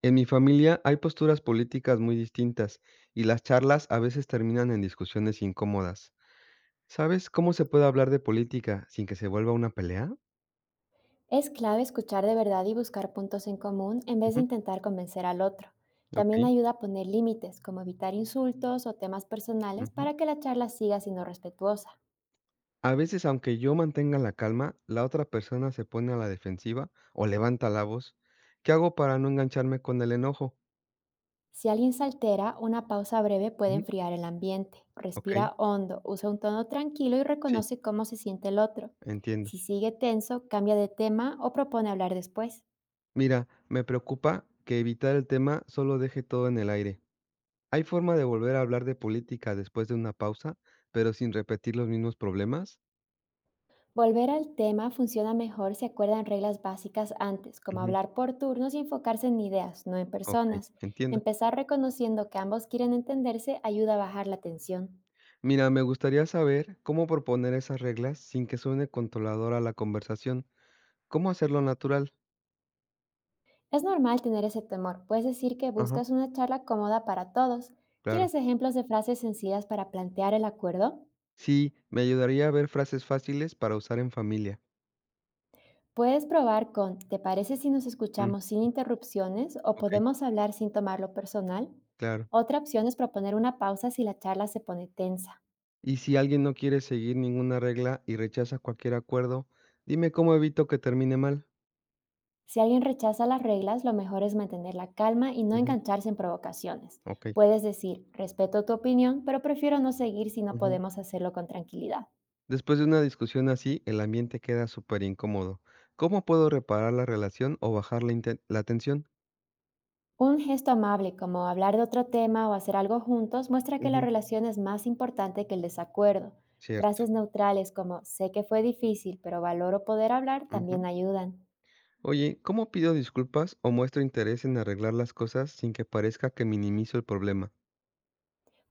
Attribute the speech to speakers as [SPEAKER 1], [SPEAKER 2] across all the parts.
[SPEAKER 1] En mi familia hay posturas políticas muy distintas y las charlas a veces terminan en discusiones incómodas. ¿Sabes cómo se puede hablar de política sin que se vuelva una pelea?
[SPEAKER 2] Es clave escuchar de verdad y buscar puntos en común en vez de
[SPEAKER 1] Ujú.
[SPEAKER 2] intentar convencer al otro. También
[SPEAKER 1] Ok.
[SPEAKER 2] ayuda a poner límites, como evitar insultos o temas personales
[SPEAKER 1] Ujú.
[SPEAKER 2] para que la charla siga siendo respetuosa.
[SPEAKER 1] A veces, aunque yo mantenga la calma, la otra persona se pone a la defensiva o levanta la voz. ¿Qué hago para no engancharme con el enojo?
[SPEAKER 2] Si alguien se altera, una pausa breve puede
[SPEAKER 1] Ujú.
[SPEAKER 2] enfriar el ambiente.
[SPEAKER 1] Ok,
[SPEAKER 2] Respira hondo, usa un tono tranquilo y
[SPEAKER 1] sí,
[SPEAKER 2] reconoce cómo se siente el otro.
[SPEAKER 1] entiendo.
[SPEAKER 2] Si sigue tenso, cambia de tema o propone hablar después.
[SPEAKER 1] Mira, me preocupa que evitar el tema solo deje todo en el aire. ¿Hay forma de volver a hablar de política después de una pausa, pero sin repetir los mismos problemas?
[SPEAKER 2] Volver al tema funciona mejor si acuerdan reglas básicas antes, como
[SPEAKER 1] Ujú,
[SPEAKER 2] hablar por turnos y enfocarse en ideas, no en
[SPEAKER 1] okey,
[SPEAKER 2] personas.
[SPEAKER 1] entiendo.
[SPEAKER 2] Empezar reconociendo que ambos quieren entenderse ayuda a bajar la tensión.
[SPEAKER 1] Mira, me gustaría saber cómo proponer esas reglas sin que suene controladora la conversación. ¿Cómo hacerlo natural?
[SPEAKER 2] Es normal tener ese temor, puedes decir que
[SPEAKER 1] Ajá,
[SPEAKER 2] buscas una charla cómoda para todos.
[SPEAKER 1] claro.
[SPEAKER 2] ¿Quieres ejemplos de frases sencillas para plantear el acuerdo?
[SPEAKER 1] Sí, me ayudaría a ver frases fáciles para usar en familia.
[SPEAKER 2] Puedes probar con ¿te parece si nos
[SPEAKER 1] Mm,
[SPEAKER 2] escuchamos sin interrupciones o
[SPEAKER 1] okey,
[SPEAKER 2] podemos hablar sin tomarlo personal?
[SPEAKER 1] claro.
[SPEAKER 2] Otra opción es proponer una pausa si la charla se pone tensa.
[SPEAKER 1] Y si alguien no quiere seguir ninguna regla y rechaza cualquier acuerdo, dime cómo evito que termine mal.
[SPEAKER 2] Si alguien rechaza las reglas, lo mejor es mantener la calma y no
[SPEAKER 1] Ujú,
[SPEAKER 2] engancharse en provocaciones.
[SPEAKER 1] okey.
[SPEAKER 2] Puedes decir, respeto tu opinión, pero prefiero no seguir si no
[SPEAKER 1] Ujú.
[SPEAKER 2] podemos hacerlo con tranquilidad.
[SPEAKER 1] Después de una discusión así, el ambiente queda súper incómodo. ¿Cómo puedo reparar la relación o bajar la, la tensión?
[SPEAKER 2] Un gesto amable como hablar de otro tema o hacer algo juntos muestra que la
[SPEAKER 1] Ujú.
[SPEAKER 2] relación es más importante que el desacuerdo.
[SPEAKER 1] Cierto.
[SPEAKER 2] Frases neutrales como sé que fue difícil, pero valoro poder hablar también
[SPEAKER 1] Ujú.
[SPEAKER 2] ayudan.
[SPEAKER 1] Oye, ¿cómo pido disculpas o muestro interés en arreglar las cosas sin que parezca que minimizo el problema?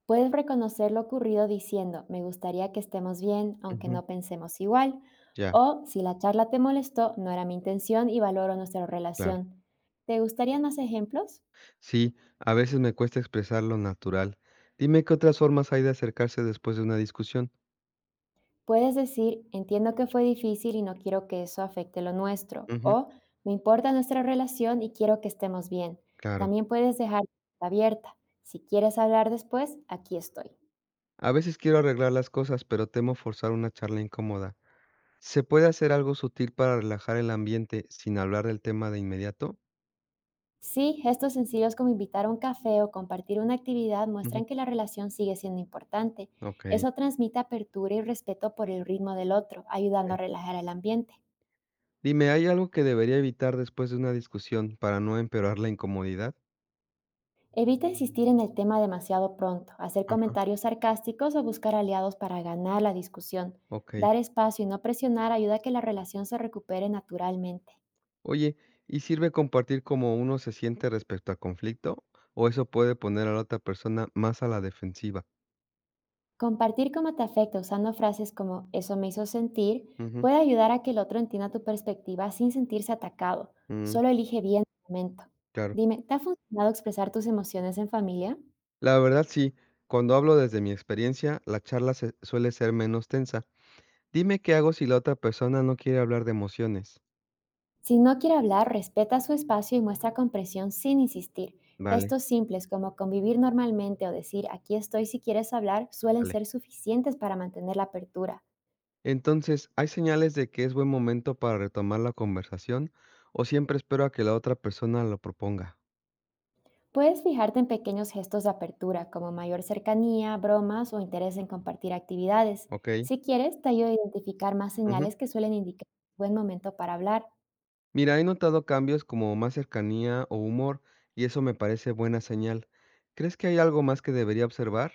[SPEAKER 2] Puedes reconocer lo ocurrido diciendo, me gustaría que estemos bien, aunque
[SPEAKER 1] Ujú.
[SPEAKER 2] no pensemos igual,
[SPEAKER 1] Ya,
[SPEAKER 2] o si la charla te molestó, no era mi intención y valoro nuestra
[SPEAKER 1] claro.
[SPEAKER 2] relación. ¿Te gustarían más ejemplos?
[SPEAKER 1] Sí, a veces me cuesta expresar lo natural. Dime qué otras formas hay de acercarse después de una discusión.
[SPEAKER 2] Puedes decir, entiendo que fue difícil y no quiero que eso afecte lo nuestro,
[SPEAKER 1] Ujú.
[SPEAKER 2] o me importa nuestra relación y quiero que estemos bien.
[SPEAKER 1] Claro.
[SPEAKER 2] También puedes dejar abierta. Si quieres hablar después, aquí estoy.
[SPEAKER 1] A veces quiero arreglar las cosas, pero temo forzar una charla incómoda. ¿Se puede hacer algo sutil para relajar el ambiente sin hablar del tema de inmediato?
[SPEAKER 2] Sí, gestos sencillos como invitar a un café o compartir una actividad
[SPEAKER 1] Ujú.
[SPEAKER 2] muestran que la relación sigue siendo importante.
[SPEAKER 1] Okey,
[SPEAKER 2] Eso transmite apertura y respeto por el ritmo del otro, ayudando a
[SPEAKER 1] okey.
[SPEAKER 2] relajar el ambiente.
[SPEAKER 1] Dime, ¿hay algo que debería evitar después de una discusión para no empeorar la incomodidad?
[SPEAKER 2] Evita insistir en el tema demasiado pronto, hacer
[SPEAKER 1] Ajá.
[SPEAKER 2] comentarios sarcásticos o buscar aliados para ganar la discusión.
[SPEAKER 1] Okey.
[SPEAKER 2] Dar espacio y no presionar ayuda a que la relación se recupere naturalmente.
[SPEAKER 1] Oye, ¿y sirve compartir cómo uno se siente respecto al conflicto, o eso puede poner a la otra persona más a la defensiva?
[SPEAKER 2] Compartir cómo te afecta usando frases como eso me hizo sentir
[SPEAKER 1] Ujú,
[SPEAKER 2] puede ayudar a que el otro entienda tu perspectiva sin sentirse atacado.
[SPEAKER 1] mm,
[SPEAKER 2] Solo elige bien el momento.
[SPEAKER 1] claro.
[SPEAKER 2] Dime, ¿te ha funcionado expresar tus emociones en familia?
[SPEAKER 1] La verdad sí, cuando hablo desde mi experiencia, la charla se suele ser menos tensa. Dime qué hago si la otra persona no quiere hablar de emociones.
[SPEAKER 2] Si no quiere hablar, respeta su espacio y muestra comprensión sin insistir.
[SPEAKER 1] Vale,
[SPEAKER 2] Gestos simples como convivir normalmente o decir aquí estoy si quieres hablar suelen
[SPEAKER 1] vale.
[SPEAKER 2] ser suficientes para mantener la apertura.
[SPEAKER 1] Entonces, ¿hay señales de que es buen momento para retomar la conversación o siempre espero a que la otra persona lo proponga?
[SPEAKER 2] Puedes fijarte en pequeños gestos de apertura, como mayor cercanía, bromas o interés en compartir actividades.
[SPEAKER 1] Ok.
[SPEAKER 2] Si quieres, te ayuda a identificar más
[SPEAKER 1] Ujú.
[SPEAKER 2] señales que suelen indicar buen momento para hablar.
[SPEAKER 1] Mira, he notado cambios como más cercanía o humor y eso me parece buena señal. ¿Crees que hay algo más que debería observar?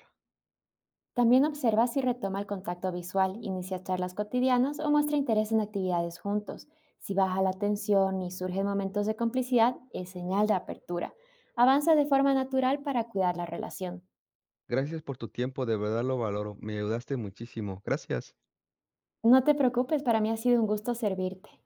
[SPEAKER 2] También observa si retoma el contacto visual, inicia charlas cotidianas o muestra interés en actividades juntos. Si baja la tensión y surgen momentos de complicidad, es señal de apertura. Avanza de forma natural para cuidar la relación.
[SPEAKER 1] Gracias por tu tiempo, de verdad lo valoro. Me ayudaste muchísimo. Gracias.
[SPEAKER 2] No te preocupes, para mí ha sido un gusto servirte.